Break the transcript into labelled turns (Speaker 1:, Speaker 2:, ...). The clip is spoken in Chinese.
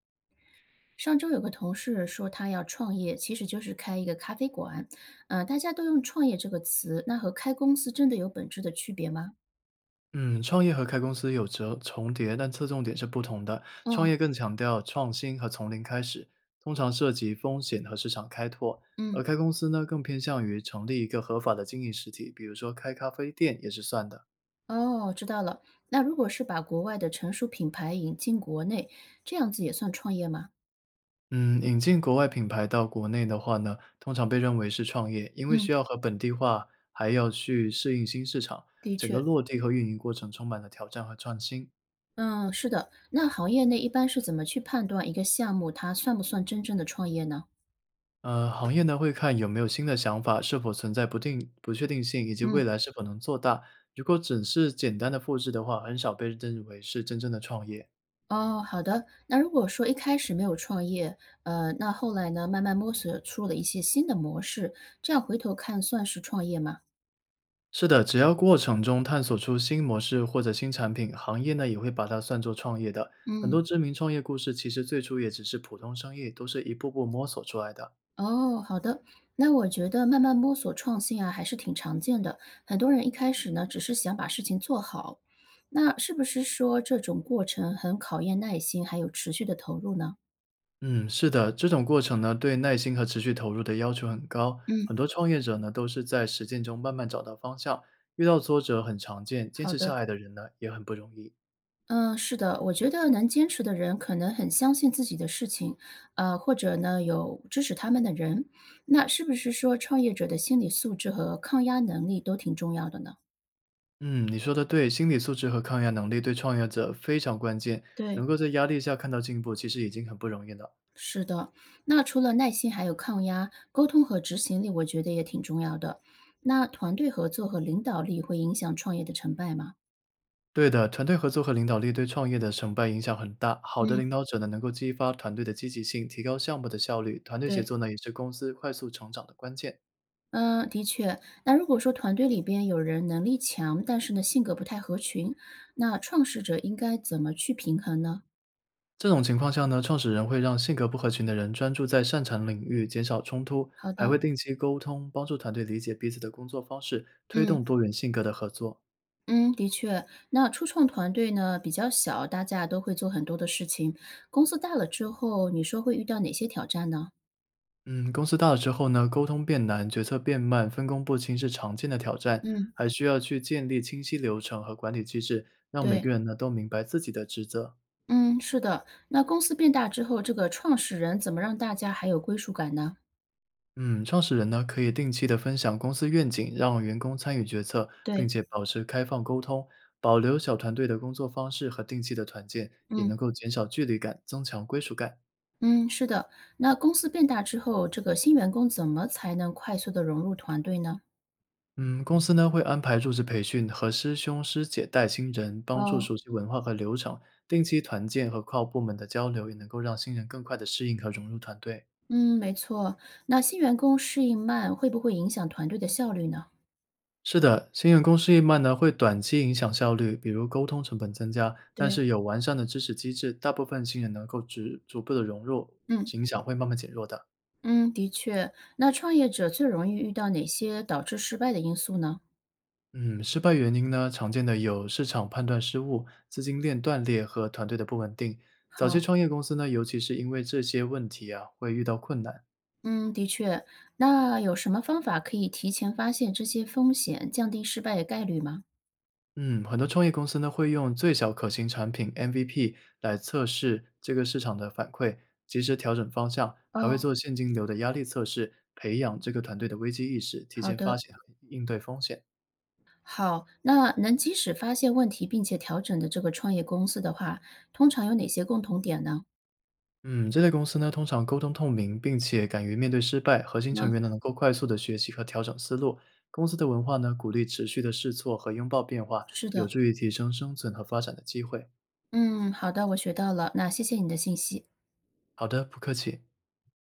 Speaker 1: 上周有个同事说他要创业，其实就是开一个咖啡馆。大家都用“创业”这个词，那和开公司真的有本质的区别吗？
Speaker 2: 嗯，创业和开公司有着重叠，但侧重点是不同的。创
Speaker 1: 哦。
Speaker 2: 业更强调创新和从零开始，通常涉及风险和市场开拓；而
Speaker 1: 嗯。
Speaker 2: 开公司呢，更偏向于成立一个合法的经营实体，比如说开咖啡店也是算的。
Speaker 1: 哦，知道了。那如果是把国外的成熟品牌引进国内，这样子也算创业吗？
Speaker 2: 嗯，引进国外品牌到国内的话呢，通常被认为是创业，因为需
Speaker 1: 嗯，
Speaker 2: 要和本地化，还要去适应新市场，
Speaker 1: 的
Speaker 2: 整个
Speaker 1: 确。
Speaker 2: 落地和运营过程充满了挑战和创新。
Speaker 1: 嗯，是的。那行业内一般是怎么去判断一个项目它算不算真正的创业呢？
Speaker 2: 行业呢会看有没有新的想法，是否存在不确定性，以及未
Speaker 1: 嗯。
Speaker 2: 来是否能做大。如果只是简单的复制的话，很少被认为是真正的创业。
Speaker 1: 哦，好的。那如果说一开始没有创业，那后来呢，慢慢摸索出了一些新的模式，这样回头看算是创业吗？
Speaker 2: 是的，只要过程中探索出新模式或者新产品，行业呢也会把它算作创业的。很
Speaker 1: 嗯。
Speaker 2: 多知名创业故事其实最初也只是普通生意，都是一步步摸索出来的。
Speaker 1: 哦，好的。那我觉得慢慢摸索创新啊，还是挺常见的。很多人一开始呢，只是想把事情做好，那是不是说这种过程很考验耐心，还有持续的投入呢？
Speaker 2: 嗯，是的，这种过程呢，对耐心和持续投入的要求很高。很
Speaker 1: 嗯，
Speaker 2: 多创业者呢，都是在实践中慢慢找到方向，遇到挫折很常见，坚
Speaker 1: 好
Speaker 2: 持下
Speaker 1: 的。
Speaker 2: 来的人呢，也很不容易。
Speaker 1: 嗯，是的，我觉得能坚持的人可能很相信自己的事情，或者呢有支持他们的人，那是不是说创业者的心理素质和抗压能力都挺重要的呢？
Speaker 2: 嗯，你说的对，心理素质和抗压能力对创业者非常关键，能
Speaker 1: 对。
Speaker 2: 够在压力下看到进步，其实已经很不容易了。
Speaker 1: 是的，那除了耐心，还有抗压、沟通和执行力，我觉得也挺重要的。那团队合作和领导力会影响创业的成败吗？
Speaker 2: 对的，团队合作和领导力对创业的成败影响很大。好的
Speaker 1: 嗯，
Speaker 2: 领导者呢，能够激发团队的积极性，提高项目的效率。团队协
Speaker 1: 对。
Speaker 2: 作呢，也是公司快速成长的关键。
Speaker 1: 嗯，的确。那如果说团队里边有人能力强，但是呢性格不太合群，那创始者应该怎么去平衡呢？
Speaker 2: 这种情况下呢，创始人会让性格不合群的人专注在擅长领域，减少冲突，
Speaker 1: 好
Speaker 2: 还会
Speaker 1: 的。
Speaker 2: 定期沟通，帮助团队理解彼此的工作方式，推动
Speaker 1: 嗯
Speaker 2: 多元性格的合作。
Speaker 1: 嗯，的确。那初创团队呢比较小，大家都会做很多的事情。公司大了之后，你说会遇到哪些挑战呢？
Speaker 2: 嗯，公司大了之后呢，沟通变难，决策变慢，分工不清是常见的挑战，
Speaker 1: 嗯，
Speaker 2: 还需要去建立清晰流程和管理机制，让每个
Speaker 1: 对。
Speaker 2: 人呢都明白自己的职责。
Speaker 1: 嗯，是的。那公司变大之后，这个创始人怎么让大家还有归属感呢？
Speaker 2: 嗯，创始人呢可以定期的分享公司愿景，让员工参与决策，并
Speaker 1: 对。
Speaker 2: 且保持开放沟通，保留小团队的工作方式和定期的团建，也能
Speaker 1: 嗯。
Speaker 2: 够减少距离感，增强归属感。
Speaker 1: 嗯，是的。那公司变大之后，这个新员工怎么才能快速的融入团队呢？
Speaker 2: 嗯，公司呢会安排入职培训和师兄师姐带新人，帮助
Speaker 1: 哦。
Speaker 2: 熟悉文化和流程，定期团建和跨部门的交流，也能够让新人更快的适应和融入团队。
Speaker 1: 嗯，没错。那新员工适应慢，会不会影响团队的效率呢？
Speaker 2: 是的，新员工适应慢呢，会短期影响效率，比如沟通成本增加。但
Speaker 1: 对。
Speaker 2: 是有完善的支持机制，大部分新人能够逐步的融入，
Speaker 1: 嗯
Speaker 2: 影响会慢慢减弱的。
Speaker 1: 嗯，的确。那创业者最容易遇到哪些导致失败的因素呢？
Speaker 2: 嗯，失败原因呢，常见的有市场判断失误、资金链断裂和团队的不稳定。早期
Speaker 1: 好。
Speaker 2: 创业公司呢，尤其是因为这些问题啊，会遇到困难。
Speaker 1: 嗯，的确。那有什么方法可以提前发现这些风险，降低失败的概率吗？
Speaker 2: 嗯，很多创业公司呢会用最小可行产品 MVP 来测试这个市场的反馈，及时调整方向，还会
Speaker 1: 哦，
Speaker 2: 做现金流的压力测试，培养这个团队的危机意识，提
Speaker 1: 好
Speaker 2: 前发
Speaker 1: 的。
Speaker 2: 现和应对风险。
Speaker 1: 好，那能及时发现问题并且调整的这个创业公司的话，通常有哪些共同点呢？
Speaker 2: 嗯，这类公司呢通常沟通透明，并且敢于面对失败，核心成
Speaker 1: 嗯，
Speaker 2: 员呢能够快速的学习和调整思路。公司的文化呢鼓励持续的试错和拥抱变化，
Speaker 1: 是
Speaker 2: 有
Speaker 1: 的。
Speaker 2: 助于提升生存和发展的机会。
Speaker 1: 嗯，好的，我学到了，那谢谢你的信息。
Speaker 2: 好的，不客气。